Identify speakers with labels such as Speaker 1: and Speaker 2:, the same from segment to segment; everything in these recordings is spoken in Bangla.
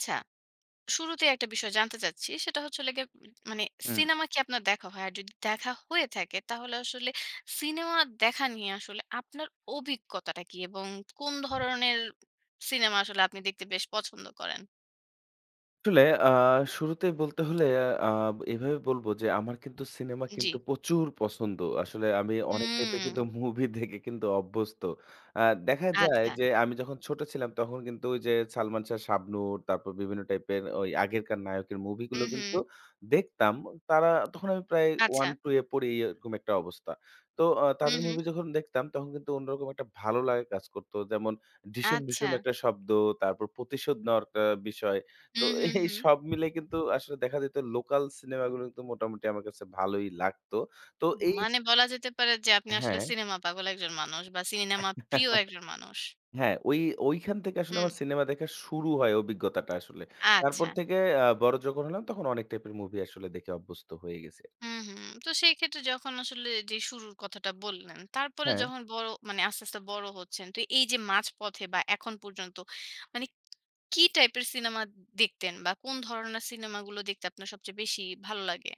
Speaker 1: আচ্ছা, শুরুতে একটা বিষয় জানতে চাচ্ছি। সেটা হচ্ছে হলো গিয়ে মানে
Speaker 2: হুম।
Speaker 1: সিনেমা কি আপনার দেখা হয়? আর যদি দেখা হয়ে থাকে তাহলে আসলে সিনেমা দেখা নিয়ে আসলে আপনার অভিজ্ঞতাটা কি? এবং কোন ধরনের সিনেমা আসলে আপনি দেখতে বেশ পছন্দ করেন?
Speaker 2: আসলে শুরুতেই বলতে হলে আ এভাবে বলব যে আমার কিন্তু সিনেমা
Speaker 1: জি।
Speaker 2: কিন্তু প্রচুর পছন্দ। আসলে আমি অনেক টাইপের
Speaker 1: হুম,
Speaker 2: কিন্তু মুভি দেখে কিন্তু অভ্যস্ত। আ দেখা যায়
Speaker 1: আচ্ছা।
Speaker 2: যে আমি যখন ছোট ছিলাম তখন কিন্তু ওই যে সালমান শাহ, শাবনূর তারপর বিভিন্ন টাইপের ওই আগেরকার নায়কের
Speaker 1: হুম,
Speaker 2: মুভিগুলো
Speaker 1: হুম।
Speaker 2: কিন্তু দেখতাম। তারা তখন আমি প্রায়
Speaker 1: আচ্ছা।
Speaker 2: 1, 2 এ পড়ি এরকম একটা অবস্থা। তো
Speaker 1: হুম,
Speaker 2: তাদের
Speaker 1: হুম।
Speaker 2: মুভি যখন দেখতাম তখন কিন্তু অন্যরকম একটা ভালো লাগা কাজ করত। যেমন ডিসুম,
Speaker 1: আচ্ছা।
Speaker 2: ডিসুম একটা শব্দ, তারপর প্রতিশোধ নেওয়ার একটা বিষয়। তো
Speaker 1: হুম, হুম,
Speaker 2: এই
Speaker 1: হুম।
Speaker 2: সব মিলে কিন্তু আসলে দেখা যেত লোকাল সিনেমাগুলো কিন্তু মোটামুটি আমার কাছে ভালোই লাগতো। তো এই
Speaker 1: মানে বলা যেতে পারে যে আপনি আসলে
Speaker 2: হ্যাঁ,
Speaker 1: সিনেমা পাগল একজন মানুষ বা সিনেমা প্রিয় একজন মানুষ।
Speaker 2: হ্যাঁ, ওইখান থেকে আসলে
Speaker 1: হুম,
Speaker 2: আমার সিনেমা দেখা শুরু হয় অভিজ্ঞতাটা আসলে। তারপর
Speaker 1: আচ্ছা।
Speaker 2: থেকে বড় যখন হলাম তখন অনেক টাইপের মুভি আসলে দেখে অভ্যস্ত হয়ে গেছি।
Speaker 1: হুম, হুম। তো সেই ক্ষেত্রে যখন আসলে যে শুরুর কথাটা বললেন, তারপরে
Speaker 2: হ্যাঁ।
Speaker 1: যখন বড় মানে আস্তে, আস্তে বড় হচ্ছেন, তো এই যে মাঝপথে বা এখন পর্যন্ত মানে কি টাইপের সিনেমা দেখতেন বা কোন ধরনের সিনেমাগুলো দেখতে আপনার সবচেয়ে বেশি ভালো লাগে?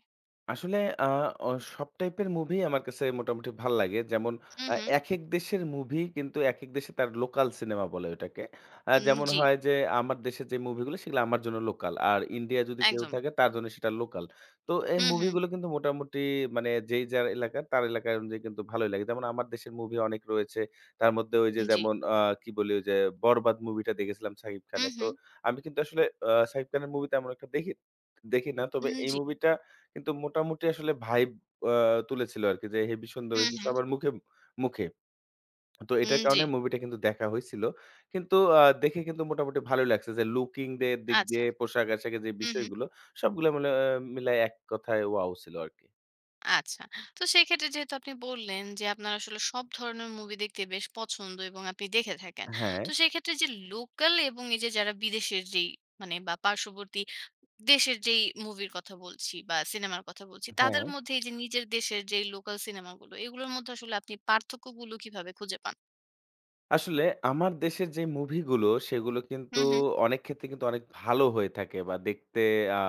Speaker 2: আসলে আ অ সব টাইপের মুভি আমার কাছে মোটামুটি ভাল লাগে। যেমন
Speaker 1: হুম, হুম।
Speaker 2: একেক দেশের মুভি কিন্তু একেক দেশে তার লোকাল সিনেমা বলে ওটাকে। যেমন
Speaker 1: জি,
Speaker 2: হয় যে আমার দেশের যে মুভিগুলো সেগুলো আমার জন্য লোকাল। আর ইন্ডিয়া যদি কেউ
Speaker 1: একদম।
Speaker 2: থাকে তার জন্য সেটা লোকাল। তো এই
Speaker 1: হুম, হুম।
Speaker 2: মুভিগুলো কিন্তু মোটামুটি মানে যেই যার এলাকা তার এলাকা অনুযায়ী কিন্তু ভালোই লাগে। যেমন আমার দেশের মুভি অনেক রয়েছে। তার মধ্যে ওই যে
Speaker 1: জি।
Speaker 2: যেমন কি বলি ওই যে 'বরবাদ' মুভিটা দেখেছিলাম শাকিব
Speaker 1: হুম,
Speaker 2: খানের। তো
Speaker 1: হুম।
Speaker 2: আমি কিন্তু আসলে শাকিব খানের মুভি তেমন একটা দেখি দেখি না। তবে এই
Speaker 1: জি।
Speaker 2: মুভিটা কিন্তু মোটামুটি আসলে ভাইব আ তুলেছিল আরকি যে হেভি সুন্দর
Speaker 1: হুম,
Speaker 2: হয়েছে
Speaker 1: হুম।
Speaker 2: সবার মুখে। তো এটার
Speaker 1: জি।
Speaker 2: কারণে মুভিটা কিন্তু দেখা হইছিল। কিন্তু দেখে কিন্তু মোটামুটি ভালোই লাগছে যে লুকিং দের দিক
Speaker 1: আচ্ছা।
Speaker 2: দিয়ে পোশাক-আশাকের যে
Speaker 1: হুম, হুম।
Speaker 2: বিষয়গুলো সবগুলো মিলে মিলায় এক কথায় ওয়াও ছিল আরকি।
Speaker 1: আচ্ছা। তো সেক্ষেত্রে যেহেতু আপনি বললেন যে, আপনার আসলে সব ধরনের মুভি দেখতে বেশ পছন্দ এবং আপনি দেখে থাকেন।
Speaker 2: হ্যাঁ,
Speaker 1: তো সেক্ষেত্রে যে লোকাল এবং এই যে যারা বিদেশের যেই মানে বা পার্শ্ববর্তী দেশের যেই মুভির কথা বলছি বা সিনেমার কথা বলছি,
Speaker 2: হ্যাঁ।
Speaker 1: তাদের মধ্যে এই যে নিজের দেশের যেই লোকাল সিনেমাগুলো, এগুলোর মধ্যে আসলে আপনি পার্থক্যগুলো কিভাবে খুঁজে পান?
Speaker 2: আসলে আমার দেশের যে মুভিগুলো, সেগুলো
Speaker 1: হু,
Speaker 2: কিন্তু
Speaker 1: হু,
Speaker 2: অনেক ক্ষেত্রে কিন্তু অনেক ভালো হয়ে থাকে বা দেখতে আ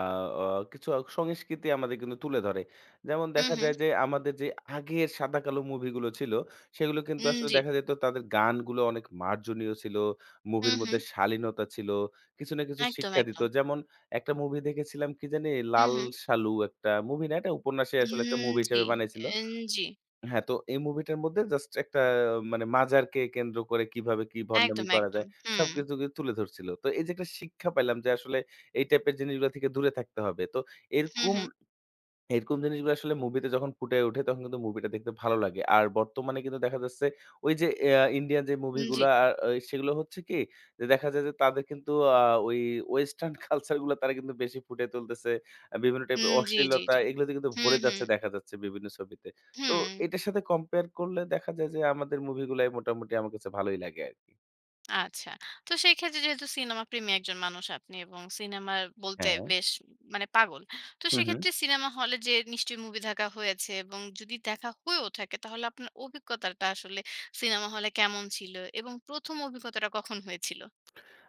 Speaker 2: অ কিছু সংস্কৃতি আমাদের কিন্তু তুলে ধরে। যেমন
Speaker 1: হু,
Speaker 2: দেখা
Speaker 1: হু,
Speaker 2: যায় যে আমাদের যে আগের সাদাকালো মুভিগুলো ছিল, সেগুলো কিন্তু আসলে
Speaker 1: জি,
Speaker 2: দেখা যেত তাদের গানগুলো অনেক মার্জনীয় ছিল।
Speaker 1: হু,
Speaker 2: মুভির
Speaker 1: হু,
Speaker 2: মধ্যে শালীনতা ছিল। কিছু না কিছু
Speaker 1: একদম,
Speaker 2: শিক্ষা দিত।
Speaker 1: একদম।
Speaker 2: যেমন একটা মুভি দেখেছিলাম কি জানি?
Speaker 1: হু,
Speaker 2: 'লাল
Speaker 1: হু,
Speaker 2: সালু' একটা মুভি না? এটা উপন্যাসে আসলে একটা মুভি
Speaker 1: জি,
Speaker 2: হিসেবে বানাইছিল।
Speaker 1: NG,
Speaker 2: হ্যাঁ, তো এই মুভিটার মধ্যে জাস্ট একটা মানে মাজারকে কেন্দ্র করে কিভাবে কি ভন্ডামি
Speaker 1: একদম,
Speaker 2: করা
Speaker 1: একদম।
Speaker 2: যায়
Speaker 1: হুম,
Speaker 2: সবকিছু কিন্তু তুলে ধরছিল। তো এই যে একটা শিক্ষা পাইলাম যে আসলে এই টাইপের জিনিসগুলা থেকে দূরে থাকতে হবে। তো
Speaker 1: হু,
Speaker 2: এরকম
Speaker 1: হু,
Speaker 2: এরকম জিনিসগুলো আসলে মুভিতে যখন ফুটে ওঠে, তখন কিন্তু মুভিটা দেখতে ভালো লাগে। আর বর্তমানে কিন্তু দেখা যাচ্ছে ওই যে ইন্ডিয়ান যে
Speaker 1: জি।
Speaker 2: মুভিগুলা আ ওই সেগুলো হচ্ছে কি? যে দেখা যায় যে তাদের কিন্তু আ ওই ওয়েস্টার্ন কালচার গুলা তারা কিন্তু বেশি ফুটিয়ে তুলতেছে। বিভিন্ন টাইপের
Speaker 1: হুম, জি, জি,
Speaker 2: অশ্লীলতা
Speaker 1: জি।
Speaker 2: এগুলোতে কিন্তু
Speaker 1: হুম,
Speaker 2: ভরে
Speaker 1: হুম,
Speaker 2: যাচ্ছে দেখা যাচ্ছে বিভিন্ন ছবিতে। তো
Speaker 1: হুম।
Speaker 2: এটার সাথে কম্পেয়ার করলে দেখা যায় যে আমাদের মুভিগুলাই মোটামুটি আমার কাছে ভালোই লাগে আরকি।
Speaker 1: আচ্ছা। তো সেই ক্ষেত্রে যেহেতু সিনেমাপ্রেমী একজন মানুষ আপনি এবং সিনেমা বলতে
Speaker 2: হ্যাঁ।
Speaker 1: বেশ মানে পাগল। তো
Speaker 2: হু, হু।
Speaker 1: সেক্ষেত্রে সিনেমা হলে যেয়ে নিশ্চয়ই মুভি দেখা হয়েছে এবং যদি দেখা হয়েও থাকে তাহলে আপনার অভিজ্ঞতাটা আসলে সিনেমা হলে কেমন ছিল এবং ১ম অভিজ্ঞতাটা কখন হয়েছিল?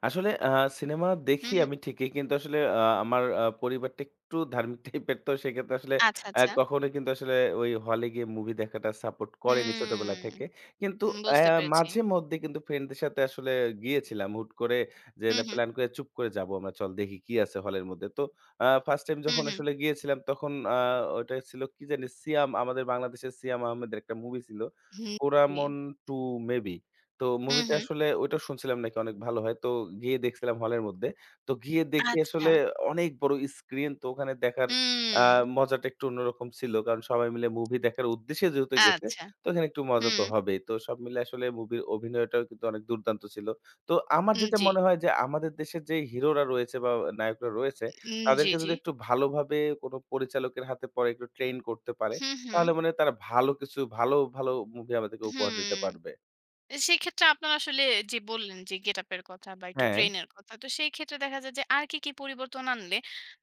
Speaker 2: আসলে সিনেমা
Speaker 1: হুম,
Speaker 2: দেখি
Speaker 1: হুম।
Speaker 2: আমি ঠিকই। কিন্তু আসলে আমার পরিবারটা একটু ধার্মিক টাইপের। তো সেক্ষেত্রে আসলে
Speaker 1: আচ্ছা, আচ্ছা।
Speaker 2: কখনো কিন্তু আসলে ওই হলে গিয়ে মুভি দেখাটা সাপোর্ট করেনি ছোটবেলা
Speaker 1: হুম,
Speaker 2: থেকে। কিন্তু
Speaker 1: বুঝতে পেরেছি।
Speaker 2: মাঝে মধ্যে কিন্তু ফ্রেন্ডদের সাথে আসলে গিয়েছিলাম। হুট করে যে
Speaker 1: হুম,
Speaker 2: না
Speaker 1: হুম,
Speaker 2: প্ল্যান করে চুপ করে যাবো আমরা। চল দেখি কি আছে হলের মধ্যে। তো ফার্স্ট টাইম
Speaker 1: হুম,
Speaker 2: যখন
Speaker 1: হুম,
Speaker 2: আসলে গিয়েছিলাম তখন ওটা ছিল কি জানি সিয়াম আমাদের বাংলাদেশের সিয়াম আহমেদের একটা মুভি ছিল।
Speaker 1: হুম, জি।
Speaker 2: পোরামন 2 মেবি। তো
Speaker 1: হুম,
Speaker 2: মুভিটা
Speaker 1: হুম।
Speaker 2: আসলে ওইটা শুনছিলাম নাকি অনেক ভালো হয়। তো গিয়ে দেখছিলাম হলের মধ্যে। তো গিয়ে দেখি
Speaker 1: আচ্ছা।
Speaker 2: আসলে অনেক বড় স্ক্রিন তো ওখানে দেখার
Speaker 1: হুম,
Speaker 2: আ মজাটা একটু অন্যরকম ছিল। কারণ সবাই মিলে মুভি দেখার উদ্দেশ্যে যেহেতু গেছে,
Speaker 1: আচ্ছা।
Speaker 2: তো এখানে একটু মজা
Speaker 1: হুম,
Speaker 2: তো হবেই। তো সব মিলে আসলে মুভির অভিনয়টাও কিন্তু অনেক দুর্দান্ত ছিল। তো আমার যেটা
Speaker 1: জি।
Speaker 2: মনে হয় যে আমাদের দেশের যে হিরোরা রয়েছে বা নায়করা রয়েছে,
Speaker 1: জি,
Speaker 2: তাদেরকে
Speaker 1: জি।
Speaker 2: যদি একটু ভালোভাবে কোনো পরিচালকের হাতে পড়ে একটু ট্রেন করতে পারে,
Speaker 1: হুম, হুম,
Speaker 2: তাহলে মানে তারা ভালো কিছু ভালো, ভালো মুভি আমাদেরকে উপহার
Speaker 1: হুম।
Speaker 2: দিতে পারবে।
Speaker 1: সেক্ষেত্রে আপনারা আসলে যে বললেন যে গেটআপ এর কথা বা একটু
Speaker 2: হ্যাঁ।
Speaker 1: ট্রেন এর কথা। তো সেই ক্ষেত্রে দেখা যায় যে আর কি, কি পরিবর্তন আনলে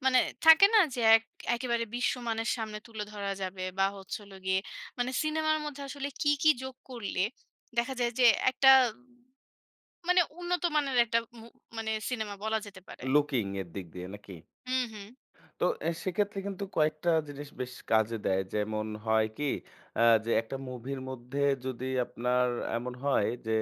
Speaker 1: মানে থাকে না যে একেবারে বিশ্বমানের সামনে তুলে ধরা যাবে বা হচ্ছে হলো গিয়ে মানে সিনেমার মধ্যে আসলে কি, কি যোগ করলে দেখা যায় যে একটা মানে উন্নত মানের একটা মানে সিনেমা বলা যেতে পারে।
Speaker 2: লুকিং এর দিক দিয়ে নাকি?
Speaker 1: হুম, হুম।
Speaker 2: তো এ সেক্ষেত্রে কিন্তু কয়েকটা জিনিস বেশ কাজে দেয়। যেমন হয় কি যে একটা মুভির মধ্যে যদি আপনার এমন হয় যে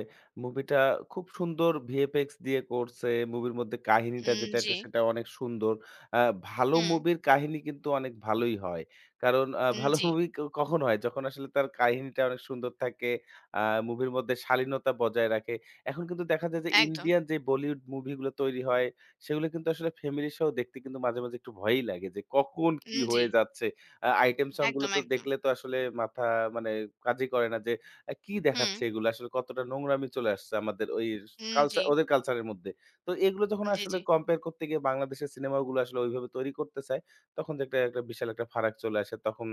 Speaker 2: মুভিটা খুব সুন্দর VFX দিয়ে করছে, মুভির মধ্যে কাহিনীটা যেটা
Speaker 1: জি।
Speaker 2: এটা সেটা অনেক সুন্দর। আ ভালো
Speaker 1: হুম,
Speaker 2: মুভির কাহিনী কিন্তু অনেক ভালোই হয়। কারণ ভালো
Speaker 1: জি।
Speaker 2: মুভি কখন হয়? যখন আসলে তার কাহিনীটা অনেক সুন্দর থাকে, আ মুভির মধ্যে শালীনতা বজায় রাখে। এখন কিন্তু দেখা যায় যে
Speaker 1: একদম।
Speaker 2: ইন্ডিয়ান যে বলিউড মুভিগুলো তৈরি হয় সেগুলো কিন্তু আসলে ফ্যামিলি সহ দেখতে কিন্তু মাঝে, মাঝে একটু ভয়ই লাগে যে কখন কি
Speaker 1: জি।
Speaker 2: হয়ে যাচ্ছে। আইটেম সং গুলো
Speaker 1: একদম,
Speaker 2: তো
Speaker 1: একদম।
Speaker 2: দেখলে তো আসলে মাথা মানে কাজই করে না যে কি
Speaker 1: হুম।
Speaker 2: দেখাচ্ছে এগুলো আসলে কতটা নোংরামি চলে আসছে আমাদের ওই
Speaker 1: জি।
Speaker 2: কালচার ওদের কালচারের মধ্যে। তো এগুলো যখন
Speaker 1: জি,
Speaker 2: আসলে
Speaker 1: জি।
Speaker 2: কম্পেয়ার করতে গিয়ে বাংলাদেশের সিনেমাগুলো আসলে ওইভাবে তৈরি করতে চায়, তখন যে একটা একটা বিশাল একটা ফারাক চলে আসে তখন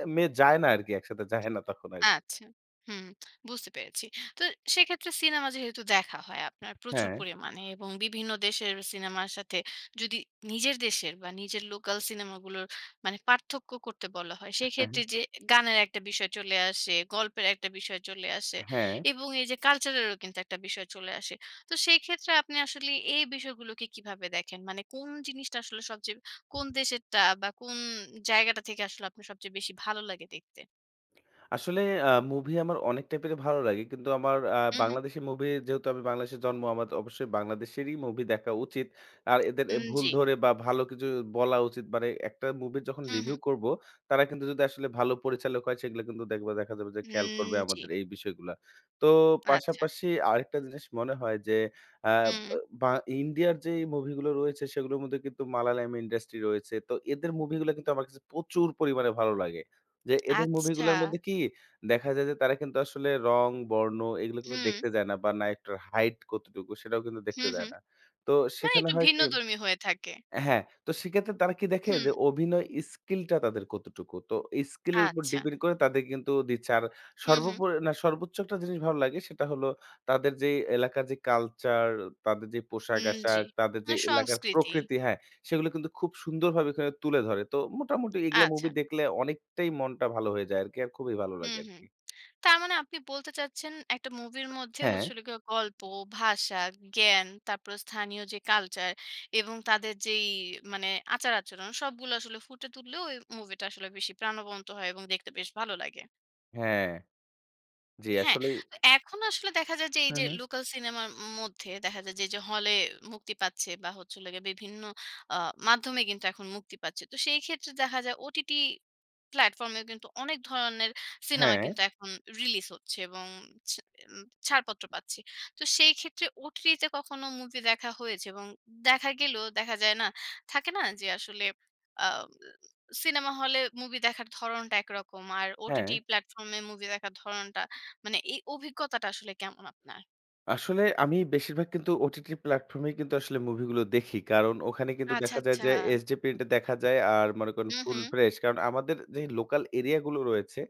Speaker 2: এ মেয়ে যায় না আরকি একসাথে যায় না তখন আরকি।
Speaker 1: আচ্ছা। হুম, বুঝতে পেরেছি। তো সেক্ষেত্রে সিনেমা যেহেতু দেখা হয় আপনার প্রচুর
Speaker 2: হ্যাঁ,
Speaker 1: পরিমাণে এবং বিভিন্ন দেশের সিনেমার সাথে যদি নিজের দেশের বা নিজের লোকাল সিনেমাগুলোর মানে পার্থক্য করতে বলা হয়,
Speaker 2: হ্যাঁ,
Speaker 1: সেক্ষেত্রে যে গানের একটা বিষয় চলে আসে, গল্পের একটা বিষয় চলে আসে
Speaker 2: হ্যাঁ।
Speaker 1: এবং এই যে কালচারেরও কিন্তু একটা বিষয় চলে আসে। তো সেই ক্ষেত্রে আপনি আসলে এই বিষয়গুলোকে কিভাবে দেখেন? মানে কোন জিনিসটা আসলে সবচেয়ে কোন দেশেরটা বা কোন জায়গাটা থেকে আসলে আপনার সবচেয়ে বেশি ভালো লাগে দেখতে?
Speaker 2: আসলে মুভি আমার অনেক টাইপেরই ভালো লাগে। কিন্তু আমার
Speaker 1: হু, হু।
Speaker 2: বাংলাদেশি মুভি যেহেতু আমি বাংলাদেশে জন্ম, আমার অবশ্যই বাংলাদেশেরই মুভি দেখা উচিত। আর এদের এ ভুল
Speaker 1: জি।
Speaker 2: ধরে বা ভালো কিছু বলা উচিত। মানে একটা মুভির যখন
Speaker 1: হুম, হুম।
Speaker 2: রিভিউ করব, তারা কিন্তু যদি আসলে ভালো পরিচালক হয় সেগুলো কিন্তু দেখা যাবে যে খেয়াল করবে
Speaker 1: জি।
Speaker 2: আমাদের এই বিষয়গুলা। তো
Speaker 1: আচ্ছা।
Speaker 2: পাশাপাশি আরেকটা জিনিস মনে হয় যে আ
Speaker 1: হুম।
Speaker 2: বা ইন্ডিয়ার যে মুভিগুলো রয়েছে সেগুলোর মধ্যে কিন্তু মালায়ালাম ইন্ডাস্ট্রি রয়েছে। তো এদের মুভিগুলো কিন্তু আমার কাছে প্রচুর পরিমাণে ভালো লাগে। যে এদের
Speaker 1: আচ্ছা।
Speaker 2: মুভিগুলোর মধ্যে কি দেখা যায় যে তারা কিন্তু আসলে রং, বর্ণ এগুলো কিন্তু
Speaker 1: হুম।
Speaker 2: দেখতে যায় না বা নায়কটার হাইট কতটুকু সেটাও কিন্তু
Speaker 1: হুম,
Speaker 2: দেখতে যায়
Speaker 1: হুম।
Speaker 2: না। তো
Speaker 1: মানে
Speaker 2: সেখানে
Speaker 1: একটু
Speaker 2: হয় কি
Speaker 1: ভিন্নধর্মী হয়ে থাকে।
Speaker 2: হ্যাঁ, তো সেক্ষেত্রে তারা কি দেখে
Speaker 1: হুম।
Speaker 2: যে অভিনয় স্কিলটা তাদের কতটুকু। তো এই স্কিলের উপর
Speaker 1: আচ্ছা।
Speaker 2: ডিপেন্ড করে তাদের কিন্তু দিচ্ছে। আর
Speaker 1: হুম, হুম।
Speaker 2: সর্বোপরি না সর্বোচ্চ একটা জিনিস ভালো লাগে সেটা হলো তাদের যে এলাকার যে কালচার, তাদের যে
Speaker 1: জি।
Speaker 2: পোশাক-আশাক, তাদের যে
Speaker 1: মানে
Speaker 2: এলাকার
Speaker 1: সংস্কৃতি।
Speaker 2: প্রকৃতি হ্যাঁ, সেগুলো কিন্তু খুব সুন্দরভাবে এখানে তুলে ধরে। তো মোটামুটি এগুলা
Speaker 1: আচ্ছা।
Speaker 2: মুভি দেখলে অনেকটাই মনটা ভালো হয়ে যায় আরকি। আর খুবই ভালো
Speaker 1: হুম,
Speaker 2: লাগে
Speaker 1: হুম।
Speaker 2: আরকি।
Speaker 1: তার মানে আপনি বলতে চাচ্ছেন একটা মুভির মধ্যে
Speaker 2: হ্যাঁ,
Speaker 1: হচ্ছে হলো গিয়ে গল্প, ভাষা, জ্ঞান, তারপরে স্থানীয় যে কালচার এবং তাদের যেই মানে আচার-আচরণ সবগুলো আসলে ফুটে তুললেও ওই মুভিটা আসলে বেশি প্রাণবন্ত হয় এবং দেখতে বেশ ভালো লাগে।
Speaker 2: হ্যাঁ। জি
Speaker 1: হ্যাঁ,
Speaker 2: আসলেই
Speaker 1: তো এখন আসলে দেখা যায় যে এই
Speaker 2: হু,
Speaker 1: যে
Speaker 2: হু।
Speaker 1: লোকাল সিনেমার মধ্যে দেখা যায় যে, যে হলে মুক্তি পাচ্ছে বা হচ্ছে হলো গিয়ে বিভিন্ন আ মাধ্যমে কিন্তু এখন মুক্তি পাচ্ছে। তো সেই ক্ষেত্রে দেখা যায় OTT প্ল্যাটফর্মেও কিন্তু অনেক ধরনের সিনেমা
Speaker 2: হ্যাঁ,
Speaker 1: কিন্তু এখন রিলিজ হচ্ছে এবং ছা উম ছাড়পত্র পাচ্ছি। তো সেই ক্ষেত্রে OTT তে কখনো মুভি দেখা হয়েছে এবং দেখা গেলেও দেখা যায় না, থাকে না যে আসলে আ সিনেমা হলে মুভি দেখার ধরণটা একরকম। আর
Speaker 2: হ্যাঁ।
Speaker 1: OTT প্ল্যাটফর্মে মুভি দেখার ধরণটা মানে এই অভিজ্ঞতাটা আসলে কেমন আপনার?
Speaker 2: আসলে আমি বেশিরভাগ কিন্তু ওটিটি প্ল্যাটফর্মেই কিন্তু আসলে মুভিগুলো দেখি। কারণ ওখানে কিন্তু
Speaker 1: আচ্ছা,
Speaker 2: দেখা যায়
Speaker 1: আচ্ছা।
Speaker 2: যে এইচডি প্রিন্টে দেখা যায় আর মনে করেন
Speaker 1: হু, হু।
Speaker 2: Full fresh. কারণ আমাদের যে লোকাল এরিয়াগুলো রয়েছে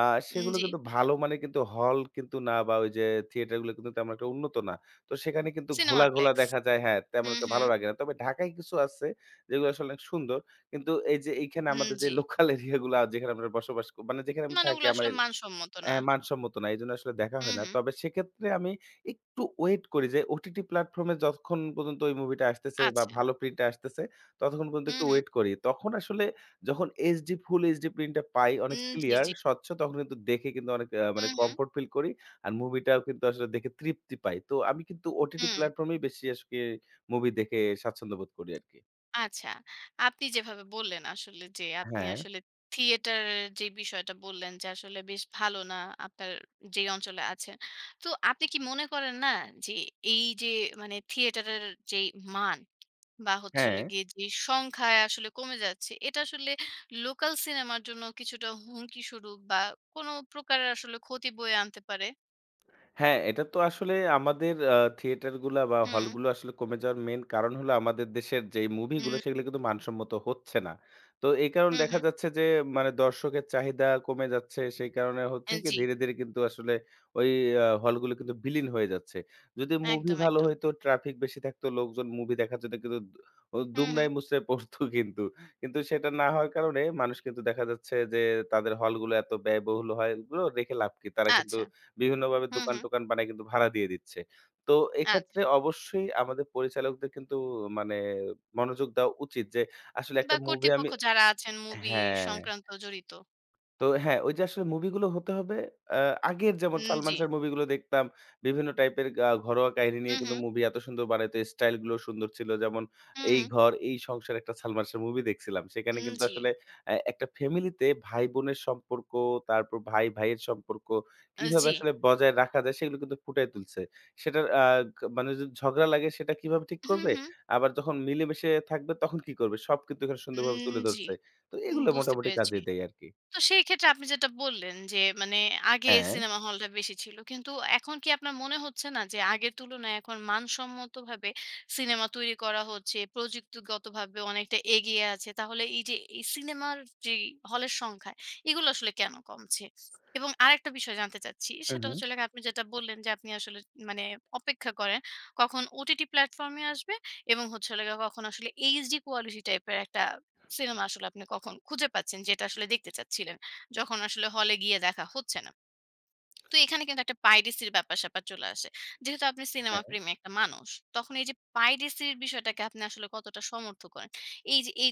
Speaker 2: আ সেগুলো
Speaker 1: জি।
Speaker 2: কিন্তু ভালো মানের কিন্তু হল কিন্তু না বা ওই যে থিয়েটারগুলো কিন্তু তেমন একটা উন্নত না। তো সেখানে কিন্তু ঘোলা, ঘোলা
Speaker 1: সিনেমাপ্লেক্স।
Speaker 2: দেখা যায় হ্যাঁ,
Speaker 1: হু,
Speaker 2: তেমন একটা
Speaker 1: হু।
Speaker 2: ভালো লাগে না। তবে ঢাকায় কিছু আছে যেগুলো আসলে অনেক সুন্দর। কিন্তু এই যে এইখানে
Speaker 1: হুম,
Speaker 2: আমাদের যে
Speaker 1: জি।
Speaker 2: লোকাল এরিয়াগুলা যেখানে আমরা বসবাস ক মানে যেখানে আমি
Speaker 1: মানে
Speaker 2: থাকি
Speaker 1: ওগুলো
Speaker 2: আমার
Speaker 1: আসলে মানসম্মত না।
Speaker 2: হ্যাঁ, মানসম্মত না। এজন্য আসলে দেখা
Speaker 1: হু,
Speaker 2: হয় না।
Speaker 1: হু।
Speaker 2: তবে সেক্ষেত্রে আমি একটু ওয়েট করি যে ওটিটি প্ল্যাটফর্মে যতক্ষণ পর্যন্ত ওই মুভিটা আসতেছে বা
Speaker 1: আচ্ছা।
Speaker 2: ভালো প্রিন্টটা আসতেছে, ততক্ষণ পর্যন্ত
Speaker 1: হু,
Speaker 2: একটু
Speaker 1: হু।
Speaker 2: ওয়েট করি। তখন আসলে যখন এইচডি প্রিন্টটা পাই অনেক
Speaker 1: জি,
Speaker 2: ক্লিয়ার,
Speaker 1: জি।
Speaker 2: স্বচ্ছ তখন কিন্তু দেখে কিন্তু অনেক
Speaker 1: হু,
Speaker 2: মানে
Speaker 1: হু।
Speaker 2: কমফোর্ট ফিল করি। আর মুভিটাও কিন্তু আসলে দেখে তৃপ্তি পাই। তো আমি কিন্তু ওটিটি
Speaker 1: হুম।
Speaker 2: প্ল্যাটফর্মেই বেশি আজকে মুভি দেখে স্বাচ্ছন্দ্য বোধ করি আরকি।
Speaker 1: আচ্ছা। আপনি যেভাবে বললেন আসলে যে আপনি
Speaker 2: হ্যাঁ,
Speaker 1: আসলে থিয়েটারের যে বিষয়টা বললেন যে আসলে বেশ ভালো না আপনার যেই অঞ্চলে আছেন। তো আপনি কি মনে করেন না যে এই যে মানে থিয়েটারের যেই মান বা হচ্ছে
Speaker 2: হ্যাঁ।
Speaker 1: হলো গিয়ে যে সংখ্যায় আসলে কমে যাচ্ছে, এটা আসলে লোকাল সিনেমার জন্য কিছুটা হুমকি স্বরূপ বা কোনো প্রকারের আসলে ক্ষতি বয়ে আনতে পারে।
Speaker 2: হ্যাঁ, এটা তো আসলে আমাদের থিয়েটারগুলা বা
Speaker 1: হুম,
Speaker 2: হলগুলো আসলে কমে যাওয়ার মেইন কারণ হলো আমাদের দেশের যেই মুভিগুলো
Speaker 1: হুম,
Speaker 2: সেগুলো কিন্তু মানসম্মত হচ্ছে না। তো এই কারণে
Speaker 1: হুম,
Speaker 2: দেখা
Speaker 1: হুম।
Speaker 2: যাচ্ছে যে মানে দর্শকের চাহিদা কমে যাচ্ছে। সেই কারণে হচ্ছে কি
Speaker 1: জি,
Speaker 2: ধীরে, ধীরে কিন্তু আসলে ওই আ হলগুলো কিন্তু বিলীন হয়ে যাচ্ছে। যদি মুভি
Speaker 1: একদম,
Speaker 2: ভালো
Speaker 1: একদম।
Speaker 2: হইতো, ট্রাফিক বেশি থাকতো, লোকজন মুভি দেখার জন্য কিন্তু দু ও
Speaker 1: হুম, হুম।
Speaker 2: দুমড়ায় মুচড়ায় পড়তো কিন্তু। কিন্তু সেটা না হওয়ার কারণে মানুষ কিন্তু দেখা যাচ্ছে যে তাদের হলগুলো এত ব্যয়বহুল হলগুলো রেখে লাভ কি? তারা কিন্তু
Speaker 1: আচ্ছা।
Speaker 2: বিভিন্নভাবে
Speaker 1: হুম, হুম।
Speaker 2: দোকান-টোকান বানায় কিন্তু ভাড়া দিয়ে দিচ্ছে। তো এক্ষেত্রে
Speaker 1: আচ্ছা।
Speaker 2: অবশ্যই আমাদের পরিচালকদের কিন্তু মানে মনোযোগ দেওয়া উচিত যে আসলে
Speaker 1: বা
Speaker 2: একটা মুভি আমি
Speaker 1: কর্তৃপক্ষ যারা আছেন মুভি
Speaker 2: হ্যাঁ।
Speaker 1: সংক্রান্ত জড়িত।
Speaker 2: তো হ্যাঁ, ওই যে আসলে মুভিগুলো হতে হবে আ আগের যেমন সালমান
Speaker 1: জি।
Speaker 2: শাহর মুভিগুলো দেখতাম। বিভিন্ন টাইপের ঘরোয়া কাহিনী নিয়ে
Speaker 1: হুম,
Speaker 2: কিন্তু
Speaker 1: হুম,
Speaker 2: মুভি এত সুন্দর বানাইতো। স্টাইল গুলো সুন্দর ছিল। যেমন
Speaker 1: হুম,
Speaker 2: 'এই
Speaker 1: হুম।
Speaker 2: ঘর এই সংসার' একটা সালমান শাহর মুভি দেখছিলাম। সেখানে কিন্তু
Speaker 1: জি।
Speaker 2: আসলে একটা ফ্যামিলিতে ভাই-বোনের সম্পর্ক, তারপর ভাই-ভাইয়ের সম্পর্ক কিভাবে
Speaker 1: জি।
Speaker 2: আসলে বজায় রাখা যায় সেগুলো কিন্তু ফুটায় তুলছে। সেটার আ ক মানে যদি ঝগড়া লাগে সেটা কিভাবে ঠিক
Speaker 1: হুম,
Speaker 2: করবে?
Speaker 1: হুম।
Speaker 2: আবার যখন মিলেমিশে থাকবে তখন কি করবে? সব কিন্তু এখানে সুন্দরভাবে তুলে
Speaker 1: জি।
Speaker 2: ধরছে। তো
Speaker 1: উম
Speaker 2: এগুলো
Speaker 1: বুঝতে
Speaker 2: মোটামুটি
Speaker 1: পেরেছি।
Speaker 2: কাজে দেয় আরকি।
Speaker 1: তো সেই ক্ষেত্রে আপনি যেটা বললেন যে মানে আগে
Speaker 2: হ্যাঁ।
Speaker 1: সিনেমা হলটা বেশি ছিল। কিন্তু এখন কি আপনার মনে হচ্ছে না যে আগের তুলনায় এখন মানসম্মতভাবে সিনেমা তৈরি করা হচ্ছে, প্রযুক্তিগতভাবে অনেকটা এগিয়ে আছে। তাহলে এই যে এই সিনেমার যেই হলের সংখ্যা এগুলো আসলে কেন কমছে? এবং আরেকটা বিষয় জানতে চাচ্ছি
Speaker 2: হুম,
Speaker 1: সেটা
Speaker 2: হুম।
Speaker 1: হচ্ছে হলো গিয়ে আপনি যেটা বললেন যে আপনি আসলে মানে অপেক্ষা করেন কখন ওটিটি প্ল্যাটফর্ম এ আসবে এবং হচ্ছে হলো গিয়ে কখন আসলে এইচডি কোয়ালিটি টাইপের একটা সিনেমা আসলে আপনি কখন খুঁজে পাচ্ছেন যেটা আসলে দেখতে চাচ্ছিলেন। যখন আসলে হলে গিয়ে দেখা হচ্ছে না। তো এখানে কিন্তু একটা পাইরেসির ব্যাপার-স্যাপার চলে আসে। যেহেতু আপনি সিনেমা
Speaker 2: হ্যাঁ।
Speaker 1: প্রেমী একটা মানুষ, তখন এই যে পাইরেসির বিষয়টাকে আপনি আসলে কতটা সমর্থ করেন? এই যে এই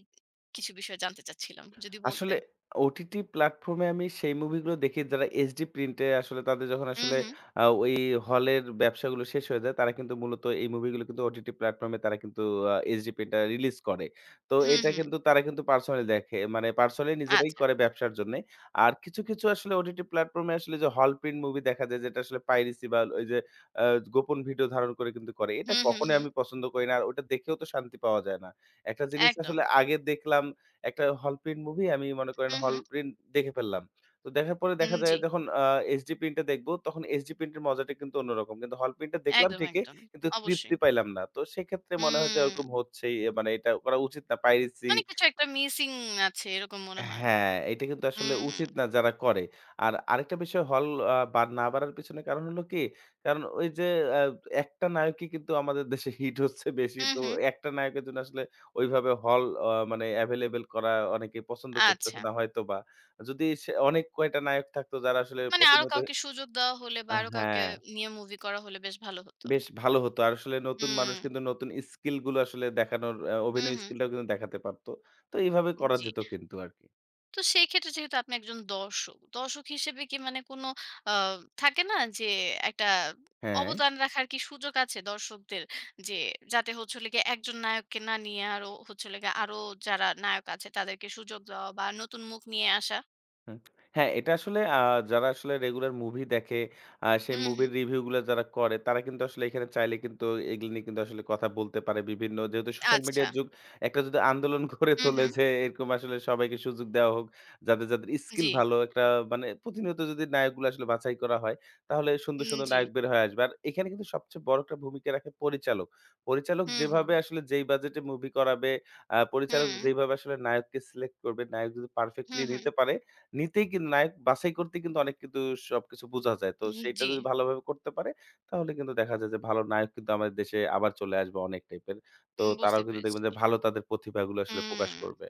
Speaker 1: কিছু বিষয় জানতে চাচ্ছিলাম যদি
Speaker 2: আসলে
Speaker 1: বলতেন।
Speaker 2: OTT প্ল্যাটফর্ম এ আমি সেই মুভিগুলো দেখি যারা HD প্রিন্টে আসলে তাদের যখন
Speaker 1: হুম,
Speaker 2: আসলে
Speaker 1: হুম।
Speaker 2: আ ওই হলের ব্যবসাগুলো শেষ হয়ে যায়, তারা কিন্তু মূলত এই মুভিগুলো কিন্তু OTT প্ল্যাটফর্ম এ তারা কিন্তু HD প্রিন্টটা রিলিজ করে। তো
Speaker 1: হুম,
Speaker 2: এটা
Speaker 1: হুম।
Speaker 2: কিন্তু তারা কিন্তু পার্সোনালি দেখে। মানে পার্সোনালি নিজেরাই
Speaker 1: আচ্ছা।
Speaker 2: করে ব্যবসার জন্যে। আর কিছু, কিছু আসলে OTT প্ল্যাটফর্ম এ আসলে যে হল প্রিন্ট মুভি দেখা যায় যেটা আসলে পাইরেসি বা ওই যে আ গোপন ভিডিও ধারণ করে কিন্তু করে। এটা
Speaker 1: হুম, হুম,
Speaker 2: কখনোই
Speaker 1: হুম।
Speaker 2: আমি পছন্দ করি না। আর ওটা দেখেও তো শান্তি পাওয়া যায় না। একটা জিনিস
Speaker 1: একদম।
Speaker 2: আসলে আগে দেখলাম একটা হল প্রিন্ট মুভি আমি মনে করেন
Speaker 1: হুম,
Speaker 2: হল
Speaker 1: হুম।
Speaker 2: প্রিন্ট দেখে ফেললাম। তো দেখার পরে দেখা যায়
Speaker 1: জি।
Speaker 2: যখন HD প্রিন্টটা দেখব, তখন HD প্রিন্টের মজাটা কিন্তু অন্যরকম। কিন্তু হল প্রিন্টটা দেখলাম
Speaker 1: একদম,
Speaker 2: ঠিকই,
Speaker 1: একদম।
Speaker 2: কিন্তু
Speaker 1: অবশ্যই।
Speaker 2: তৃপ্তি পাইলাম না। তো সেক্ষেত্রে মনে হয় যে
Speaker 1: হুম।
Speaker 2: ওরকম হচ্ছেই। এ মানে এটা করা উচিত না। পাইরেসি
Speaker 1: মানে কিছু একটা মিসিং আছে এরকম মনে হয়।
Speaker 2: হ্যাঁ, এটা কিন্তু আসলে
Speaker 1: হুম।
Speaker 2: উচিত না যারা করে। আর আরেকটা বিষয় হল বা না বাড়ার পিছনে কারণ হলো কি? কারণ ওই যে আ একটা নায়কই কিন্তু আমাদের দেশে হিট হচ্ছে বেশি।
Speaker 1: হুম,
Speaker 2: তো
Speaker 1: হুম।
Speaker 2: একটা নায়কের জন্য আসলে ওইভাবে হল আ মানে এভেইলেবল করা অনেকে পছন্দ
Speaker 1: আচ্ছা।
Speaker 2: করতেছে না হয়তোবা। যদি সে অনেক কয়টা নায়ক থাকতো যারা আসলে
Speaker 1: মানে আরো
Speaker 2: প্রতিনিয়ত
Speaker 1: কাউকে সুযোগ দেওয়া হলে বা আরো কাউকে
Speaker 2: হ্যাঁ,
Speaker 1: নিয়ে মুভি করা হলে বেশ ভালো হতো।
Speaker 2: বেশ ভালো হতো। আর আসলে নতুন
Speaker 1: হুম,
Speaker 2: মানুষ কিন্তু নতুন স্কিল গুলো আসলে দেখানোর
Speaker 1: হুম,
Speaker 2: অভিনয়
Speaker 1: হুম।
Speaker 2: স্কিলটাও কিন্তু দেখাতে পারতো। তো এইভাবে করা
Speaker 1: জি।
Speaker 2: যেত কিন্তু আরকি।
Speaker 1: তো সেই ক্ষেত্রে যেহেতু আপনি একজন দর্শক, দর্শক হিসেবে কি মানে কোনো আ থাকে না যে একটা
Speaker 2: হ্যাঁ।
Speaker 1: অবদান রাখার কি সুযোগ আছে দর্শকদের? যে যাতে হচ্ছে হলো গিয়ে একজন নায়ককে না নিয়ে আরো হচ্ছে হলো গিয়ে আরো যারা নায়ক আছে তাদেরকে সুযোগ দেওয়া বা নতুন মুখ নিয়ে আসা?
Speaker 2: হুম। হ্যাঁ, এটা আসলে যারা আসলে রেগুলার মুভি দেখে, সেই
Speaker 1: হুম, হুম।
Speaker 2: মুভির রিভিউ গুলা যারা করে, তারা কিন্তু আসলে এখানে চাইলে কিন্তু এগুলো নিয়ে কিন্তু আসলে কথা বলতে পারে। বিভিন্ন যেহেতু সোশ্যাল
Speaker 1: আচ্ছা।
Speaker 2: মিডিয়ার যুগ, একটা যদি আন্দোলন গড়ে
Speaker 1: হুম,
Speaker 2: তোলে
Speaker 1: হুম।
Speaker 2: যে এরকম আসলে সবাইকে সুযোগ দেওয়া হোক, যাদের, যাদের
Speaker 1: জি,
Speaker 2: স্কিল ভালো একটা মানে প্রতিনিয়ত যদি নায়কগুলো আসলে বাছাই করা হয়, তাহলে সুন্দর, সুন্দর
Speaker 1: জি।
Speaker 2: নায়ক বের হয়ে আসবে। আর এখানে কিন্তু সবচেয়ে বড় একটা ভূমিকা রাখে পরিচালক। পরিচালক
Speaker 1: হুম, হুম।
Speaker 2: যেভাবে আসলে যেই বাজেটে মুভি করাবে, পরিচালক
Speaker 1: হুম,
Speaker 2: যেইভাবে আসলে নায়ককে সিলেক্ট করবে, নায়ক যদি
Speaker 1: হুম,
Speaker 2: পারফেক্টলি
Speaker 1: হুম।
Speaker 2: নিতে পারে, নিতেই কিন্তু নায়ক বাছাই করতে কিন্তু অনেক কিন্তু সবকিছু বোঝা যায়। তো সেইটা
Speaker 1: জি,
Speaker 2: যদি ভালোভাবে করতে পারে, তাহলে কিন্তু দেখা যায় যে ভালো নায়ক কিন্তু আমাদের দেশে আবার চলে আসবে অনেক টাইপের। তো
Speaker 1: উম বুঝতে
Speaker 2: তারাও কিন্তু
Speaker 1: পেরেছি।
Speaker 2: দেখবেন যে ভালো তাদের প্রতিভাগুলো আসলে
Speaker 1: হুম।
Speaker 2: প্রকাশ করবে।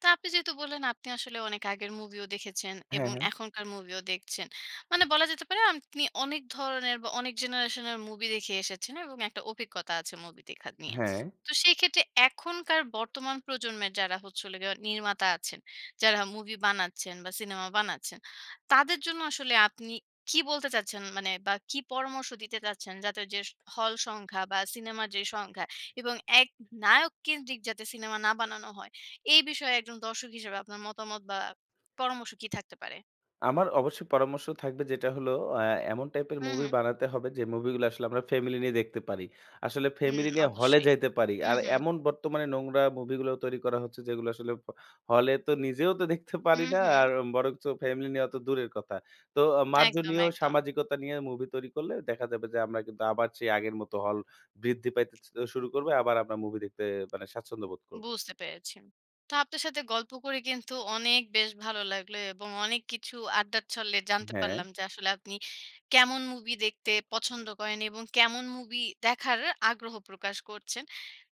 Speaker 1: তো আপনি যেহেতু বললেন আপনি আসলে অনেক আগের মুভিও দেখেছেন
Speaker 2: হ্যাঁ,
Speaker 1: এবং
Speaker 2: হ্যাঁ।
Speaker 1: এখনকার মুভিও দেখছেন। মানে বলা যেতে পারে আপনি অনেক ধরনের বা অনেক জেনারেশনের মুভি দেখে এসেছেন এবং একটা অভিজ্ঞতা আছে মুভি দেখা নিয়ে।
Speaker 2: হ্যাঁ।
Speaker 1: তো সেই ক্ষেত্রে এখনকার বর্তমান প্রজন্মের যারা হচ্ছে হলো গিয়ে নির্মাতা আছেন, যারা মুভি বানাচ্ছেন বা সিনেমা বানাচ্ছেন, তাদের জন্য আসলে আপনি কি বলতে চাচ্ছেন মানে বা কি পরামর্শ দিতে চাচ্ছেন যাতে যে হল সংখ্যা বা সিনেমার যে সংখ্যা এবং এক নায়ক কেন্দ্রিক যাতে সিনেমা না বানানো হয় এই বিষয়ে একজন দর্শক হিসেবে আপনার মতামত বা পরামর্শ কি থাকতে পারে?
Speaker 2: আমার অবশ্যই পরামর্শ থাকবে যেটা হলো আ এমন টাইপের
Speaker 1: হুম,
Speaker 2: মুভি
Speaker 1: হুম।
Speaker 2: বানাতে হবে যে মুভিগুলো আসলে আমরা ফ্যামিলি নিয়ে দেখতে পারি। আসলে
Speaker 1: হুম,
Speaker 2: ফ্যামিলি নিয়ে হলে
Speaker 1: অবশ্যই।
Speaker 2: যাইতে পারি।
Speaker 1: হুম,
Speaker 2: আর
Speaker 1: হুম।
Speaker 2: এমন বর্তমানে নোংরা মুভিগুলো তৈরি করা হচ্ছে যেগুলো আসলে হলে তো নিজেও তো দেখতে পারি
Speaker 1: হুম,
Speaker 2: না
Speaker 1: হুম।
Speaker 2: আর বরঞ্চ ফ্যামিলি নিয়ে অত দূরের কথা। তো
Speaker 1: একদম,
Speaker 2: মার্জনীয়
Speaker 1: একদম।
Speaker 2: সামাজিকতা নিয়ে মুভি তৈরি করলে দেখা যাবে যে আমরা কিন্তু আবার সেই আগের মতো হল বৃদ্ধি পাইতে ছ শুরু করবে। আবার আমরা মুভি দেখতে মানে স্বাচ্ছন্দ্য বোধ করব।
Speaker 1: বুঝতে পেরেছি। তো আপনার সাথে গল্প করে কিন্তু অনেক বেশ ভালো লাগলো এবং অনেক কিছু আড্ডার ছলে জানতে
Speaker 2: হ্যাঁ।
Speaker 1: পারলাম যে আসলে আপনি কেমন মুভি দেখতে পছন্দ করেন এবং কেমন মুভি দেখার আগ্রহ প্রকাশ করছেন।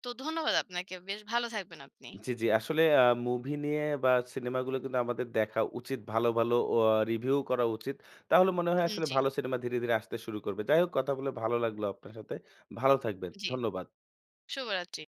Speaker 1: তো ধন্যবাদ আপনাকে। বেশ ভালো থাকবেন আপনি।
Speaker 2: জি, জি। আসলে মুভি নিয়ে বা সিনেমাগুলো কিন্তু আমাদের দেখা উচিত। ভালো, ভালো রিভিউ করা উচিত। তাহলে মনে হয় আসলে
Speaker 1: জি,
Speaker 2: ভালো সিনেমা ধীরে, ধীরে আসতে শুরু করবে। যাই হোক কথা বলে ভালো লাগলো আপনার সাথে। ভালো থাকবেন।
Speaker 1: জি।
Speaker 2: ধন্যবাদ।
Speaker 1: শুভরাত্রি।